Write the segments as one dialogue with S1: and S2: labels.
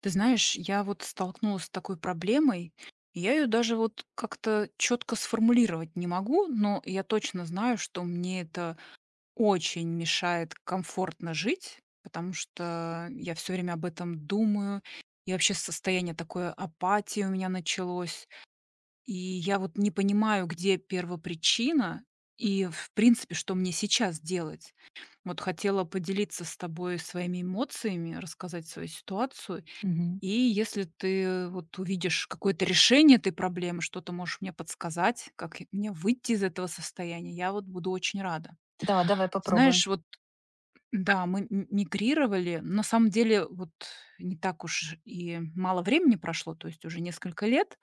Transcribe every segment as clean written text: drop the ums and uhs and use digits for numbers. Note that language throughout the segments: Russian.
S1: Ты знаешь, я вот столкнулась с такой проблемой, и я ее даже вот как-то четко сформулировать не могу, но я точно знаю, что мне это очень мешает комфортно жить, потому что я все время об этом думаю, и вообще состояние такой апатии у меня началось, и я вот не понимаю, где первопричина и, в принципе, что мне сейчас делать. Вот хотела поделиться с тобой своими эмоциями, рассказать свою ситуацию,
S2: Мгм.
S1: и если ты вот увидишь какое-то решение этой проблемы, что-то можешь мне подсказать, как и мне выйти из этого состояния, я вот буду очень рада.
S2: Да, давай
S1: Ты
S2: попробуем.
S1: знаешь, вот да, мы мигрировали. На самом деле, вот не так уж и мало времени прошло, то есть уже несколько лет.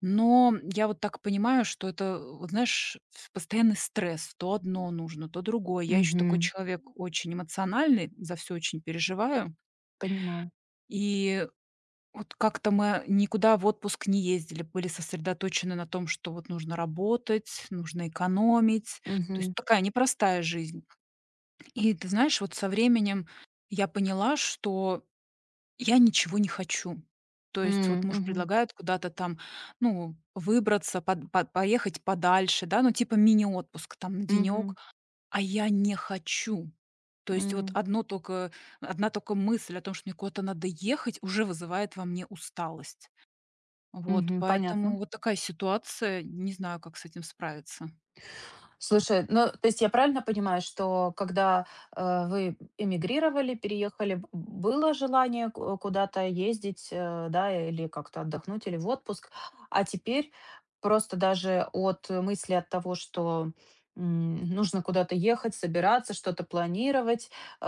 S1: Но я вот так понимаю, что это, вот знаешь, постоянный стресс. То одно нужно, то другое. Я еще такой
S2: Мгм.
S1: человек очень эмоциональный, за все очень переживаю.
S2: Понимаю.
S1: И Вот как-то мы никуда в отпуск не ездили, были сосредоточены на том, что вот нужно работать, нужно экономить. То есть
S2: Мгм.
S1: такая непростая жизнь. И ты знаешь, вот со временем я поняла, что я ничего не хочу. То есть вот
S2: М,
S1: муж
S2: мгм.
S1: предлагает куда-то там, ну, выбраться, поехать подальше, да, ну, типа мини-отпуск там на денек,
S2: Мгм.
S1: а я не хочу. То есть вот
S2: М,
S1: одна только мысль о том, что мне куда-то надо ехать, уже вызывает во мне усталость. Вот,
S2: мгм. Понятно.
S1: поэтому вот такая ситуация, не знаю, как с этим справиться.
S2: Слушай, ну, то есть я правильно понимаю, что когда, вы эмигрировали, переехали, б было желание ку куда-то ездить, да, или как-то отдохнуть, или в отпуск. А теперь просто даже от мысли, от того, что нужно куда-то ехать, собираться, что-то планировать. э,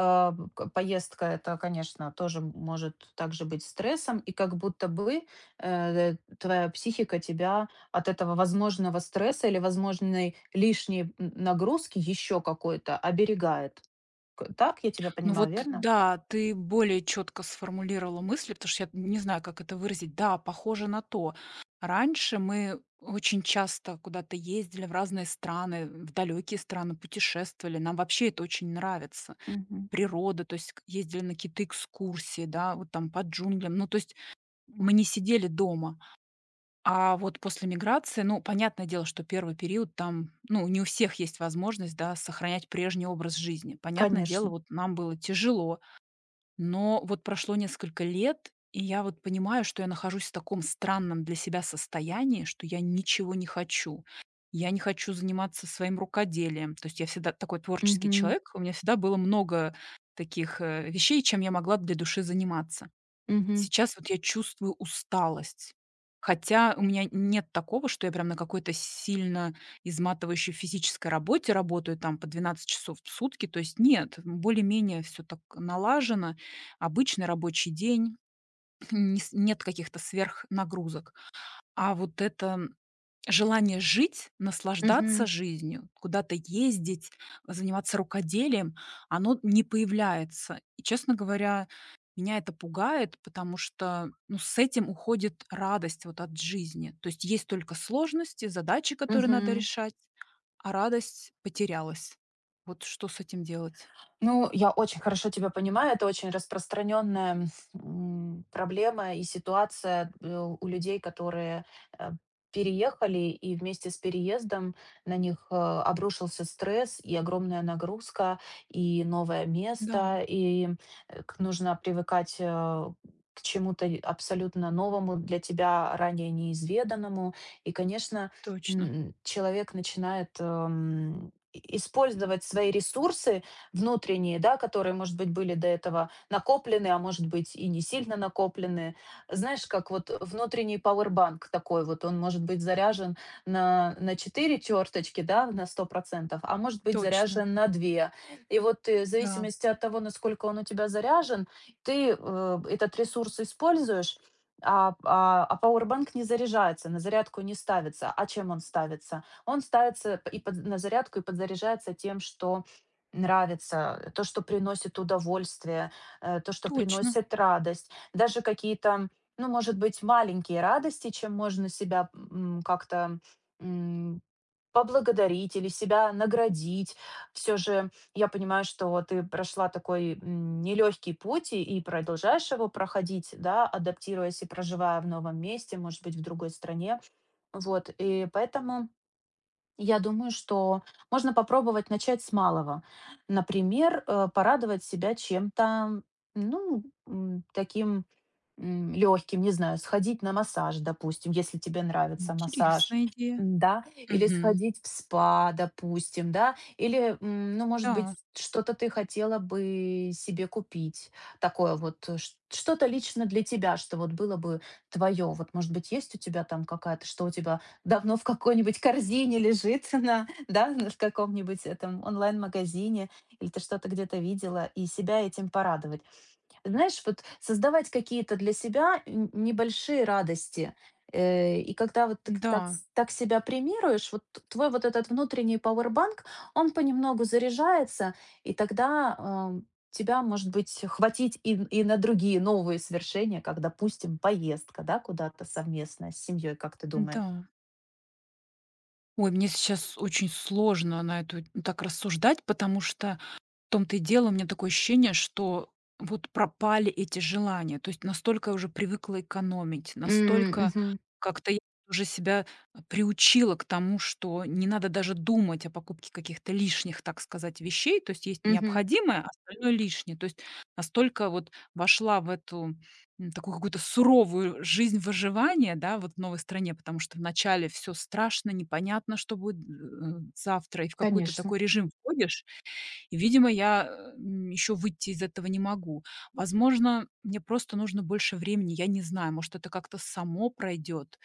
S2: к поездка- это, конечно, тоже может также быть стрессом, и как будто бы, твоя психика тебя от этого возможного стресса или возможной лишней н нагрузки еще какой-то оберегает. К так я тебя
S1: Ну
S2: понимаю,
S1: вот,
S2: верно?
S1: да, ты более четко сформулировала мысли, потому что я не знаю, как это выразить. Да, похоже на то. Раньше мы очень часто куда-то ездили в разные страны, в далекие страны путешествовали. Нам вообще это очень нравится.
S2: Мгм.
S1: Природа, то есть ездили на какие-то экскурсии, да, вот там по джунглям. Ну, то есть мы не сидели дома. А вот после миграции, ну, понятное дело, что первый период там, ну, не у всех есть возможность, да, сохранять прежний образ жизни. Понятное дело,
S2: Конечно.
S1: вот нам было тяжело, но вот прошло несколько лет, и я вот понимаю, что я нахожусь в таком странном для себя состоянии, что я ничего не хочу. Я не хочу заниматься своим рукоделием. То есть я всегда такой творческий
S2: Мгм.
S1: человек, у меня всегда было много таких вещей, чем я могла для души заниматься.
S2: Мгм.
S1: Сейчас вот я чувствую усталость. Хотя у меня нет такого, что я прям на какой-то сильно изматывающей физической работе работаю там по 12 часов в сутки. То есть нет, более-менее все так налажено. Обычный рабочий день, не с нет каких-то сверхнагрузок. А вот это желание жить, наслаждаться
S2: Мгм.
S1: жизнью, куда-то ездить, заниматься рукоделием, оно не появляется. И, честно говоря, меня это пугает, потому что, ну, с этим уходит радость вот от жизни. То есть есть только сложности, задачи, которые надо
S2: Мгм.
S1: решать, а радость потерялась. Вот что с этим делать?
S2: Ну, я очень хорошо тебя понимаю. Это очень распространенная проблема и ситуация у людей, которые э, переехали, и вместе с переездом на них обрушился стресс и огромная нагрузка, и новое
S1: Да,
S2: место, и нужно привыкать к чему-то и абсолютно новому для тебя, ранее неизведанному. И, конечно,
S1: точно,
S2: человек начинает использовать свои ресурсы, внутренние, да, которые, может быть, были до этого накоплены, а может быть, и не сильно накоплены. Знаешь, как вот внутренний пауэрбанк такой вот, он может быть заряжен на 4 черточки, да, на 100%, а может быть
S1: точно,
S2: заряжен на 2. И вот ты, в
S1: да,
S2: зависимости от того, насколько он у тебя заряжен, ты этот ресурс используешь, пауэрбанк не заряжается, на зарядку не ставится. А чем он ставится? Он ставится и на зарядку и подзаряжается тем, что нравится, то, что приносит удовольствие, то, что
S1: точно.
S2: приносит радость. Даже какие-то, ну, может быть, маленькие радости, чем можно себя, как-то, м, поблагодарить или себя наградить. Все же я понимаю, что ты прошла такой нелегкий путь и продолжаешь его проходить, да, адаптируясь и проживая в новом месте, может быть, в другой стране. Вот, и поэтому я думаю, что можно попробовать начать с малого. Например, порадовать себя чем-то, ну, таким легким, не знаю, сходить на массаж, допустим, если тебе нравится массаж,
S1: Интересная идея.
S2: да, или
S1: Мгм.
S2: сходить в спа, допустим, да, или, ну, может быть,
S1: Да,
S2: что-то ты хотела бы себе купить, такое вот, что-то лично для тебя, что вот было бы твое. Вот, может быть, есть у тебя там какая-то, что у тебя давно в какой-нибудь корзине лежит да, в каком-нибудь этом онлайн-магазине, или ты что-то где-то видела, и себя этим порадовать. Знаешь, вот создавать какие-то для себя небольшие радости. И когда вот ты так,
S1: да,
S2: так себя премируешь, вот твой вот этот внутренний пауэрбанк, он понемногу заряжается, и тогда тебя, может быть, хватить и на другие новые свершения, как, допустим, поездка, да, куда-то совместно с семьей, как ты думаешь?
S1: да. Ой, мне сейчас очень сложно на эту так рассуждать, потому что в том-то и дело, у меня такое ощущение, что вот пропали эти желания. То есть настолько я уже привыкла экономить,
S2: М,
S1: настолько
S2: мгм,
S1: как-то я уже себя приучила к тому, что не надо даже думать о покупке каких-то лишних, так сказать, вещей. То есть есть
S2: мгм.
S1: необходимое, а остальное лишнее. То есть настолько вот вошла в эту такую какую-то суровую жизнь выживания, да, вот в новой стране, потому что вначале все страшно, непонятно, что будет завтра, и в какой-то
S2: Конечно.
S1: такой режим входишь, и, видимо, я, еще выйти из этого не могу. Возможно, мне просто нужно больше времени, я не знаю, может, это как-то само пройдет.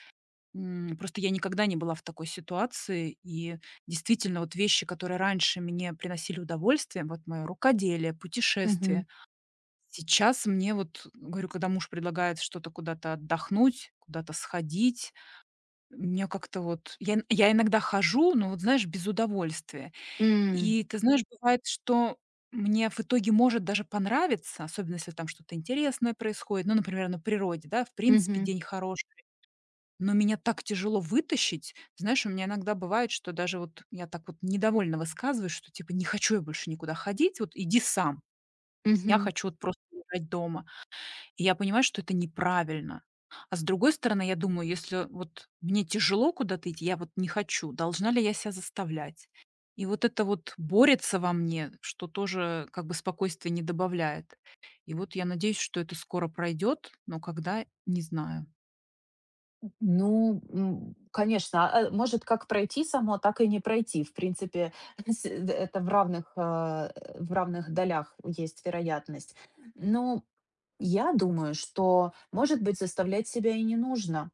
S1: Просто я никогда не была в такой ситуации, и действительно, вот вещи, которые раньше мне приносили удовольствие, вот мое рукоделие,
S2: Мгм.
S1: путешествия, сейчас мне вот, говорю, когда муж предлагает что-то куда-то отдохнуть, куда-то сходить, мне как-то вот я иногда хожу, но вот, знаешь, без удовольствия.
S2: М,
S1: И ты знаешь, бывает, что мне в итоге может даже понравиться, особенно если там что-то интересное происходит, ну, например, на природе, да, в принципе,
S2: мгм,
S1: день хороший, но меня так тяжело вытащить. Ты знаешь, у меня иногда бывает, что даже вот я так вот недовольно высказываюсь, что типа не хочу я больше никуда ходить, вот иди сам. Я
S2: мгм.
S1: хочу вот просто лежать дома. И я понимаю, что это неправильно. А с другой стороны, я думаю, если вот мне тяжело куда-то идти, я вот не хочу, должна ли я себя заставлять? И вот это вот борется во мне, что тоже как бы спокойствие не добавляет. И вот я надеюсь, что это скоро пройдет, но когда, не знаю.
S2: Ну, конечно, может как пройти само, так и не пройти. В принципе, это в равных, в равных долях есть вероятность. Но я думаю, что, может быть, заставлять себя и не нужно.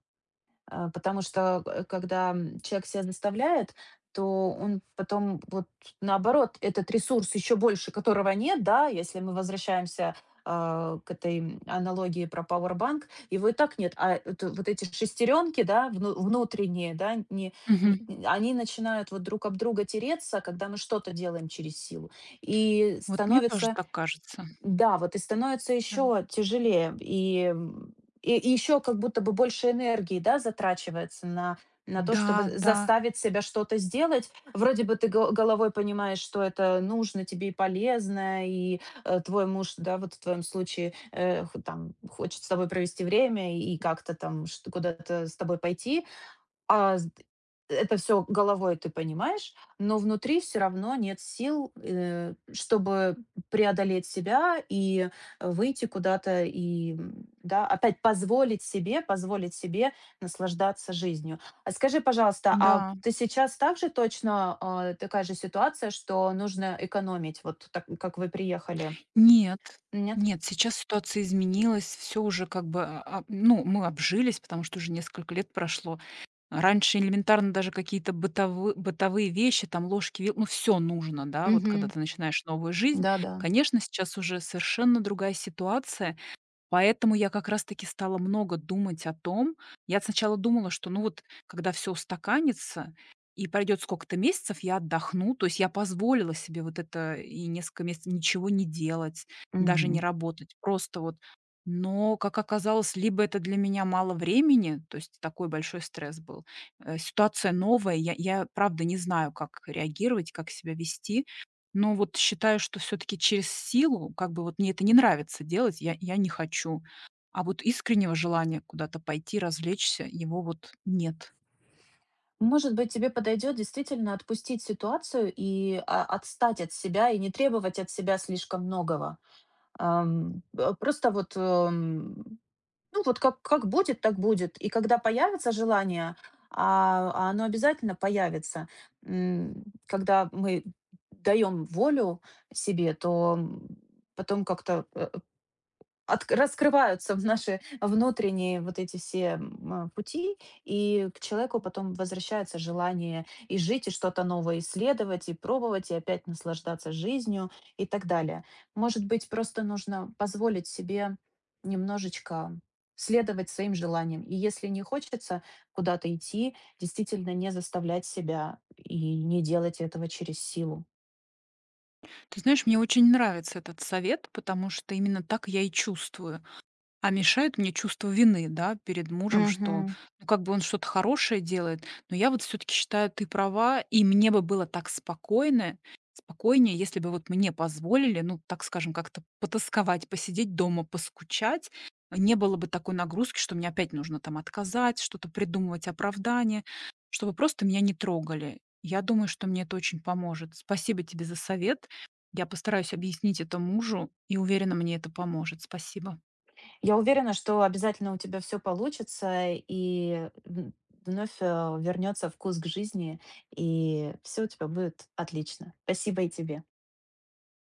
S2: Потому что, когда человек себя заставляет, то он потом вот наоборот этот ресурс еще больше, которого нет, да, если мы возвращаемся, к этой, аналогии про пауэрбанк, его и так нет. А это вот эти шестеренки, да, внутренние, да, не
S1: Мгм.
S2: не они начинают вот друг об друга тереться, когда мы что-то делаем через силу, и
S1: Вот мне тоже
S2: становится,
S1: так кажется.
S2: да, вот и становится
S1: Да.
S2: еще тяжелее, и еще как будто бы больше энергии, да, затрачивается на то, чтобы
S1: Да, да,
S2: заставить себя что-то сделать. Вроде бы ты го головой понимаешь, что это нужно тебе и полезно, и, твой муж, да, вот в твоем случае, э, х там хочет с тобой провести время и как-то там чт куда-то с тобой пойти. А, з Это все головой ты понимаешь, но внутри все равно нет сил, чтобы преодолеть себя и выйти куда-то, и, да, опять позволить себе наслаждаться жизнью. А скажи, пожалуйста, а
S1: да.
S2: ты сейчас также точно, такая же ситуация, что нужно экономить, вот так, как вы приехали?
S1: Нет,
S2: Нет?
S1: нет, сейчас ситуация изменилась, все уже как бы, а, ну, мы обжились, потому что уже несколько лет прошло. Раньше элементарно даже какие-то бытовые вещи, там ложки, вил ну, все нужно, да, вот когда
S2: Мгм.
S1: ты начинаешь новую жизнь.
S2: Да-да.
S1: Конечно, сейчас уже совершенно другая ситуация. Поэтому я как раз таки стала много думать о том я сначала думала, что, ну, вот когда все устаканится и пройдет сколько-то месяцев, я отдохну. То есть я позволила себе вот это и несколько месяцев ничего не делать, даже не работать, просто вот. Но, как оказалось, либо это для меня мало времени, то есть такой большой стресс был, ситуация новая, я правда не знаю, как реагировать, как себя вести. Но вот считаю, что все таки через силу, как бы вот мне это не нравится делать, я не хочу. А вот искреннего желания куда-то пойти, развлечься, его вот нет.
S2: Может быть, тебе подойдет действительно отпустить ситуацию и отстать от себя и не требовать от себя слишком многого. Просто вот, ну вот как будет, так будет. И когда появится желание, а оно обязательно появится, когда мы даем волю себе, то потом как-то э, Отк раскрываются в наши внутренние вот эти все, пути, и к человеку потом возвращается желание и жить, и что-то новое исследовать, и пробовать, и опять наслаждаться жизнью и так далее. Может быть, просто нужно позволить себе немножечко следовать своим желаниям. И если не хочется куда-то идти, действительно не заставлять себя и не делать этого через силу.
S1: Ты знаешь, мне очень нравится этот совет, потому что именно так я и чувствую. А мешает мне чувство вины, да, перед мужем, что,
S2: Мгм.
S1: ну, как бы он что-то хорошее делает, но я вот все таки считаю, ты права, и мне бы было так спокойно спокойнее, если бы вот мне позволили, ну, так скажем, как-то потасковать, посидеть дома, поскучать. Не было бы такой нагрузки, что мне опять нужно там отказать, что-то придумывать, оправдание, чтобы просто меня не трогали. Я думаю, что мне это очень поможет. Спасибо тебе за совет. Я постараюсь объяснить это мужу, и уверена, мне это поможет. Спасибо.
S2: Я уверена, что обязательно у тебя все получится, и в вновь, э, вернется вкус к жизни, и все у тебя будет отлично. Спасибо и тебе.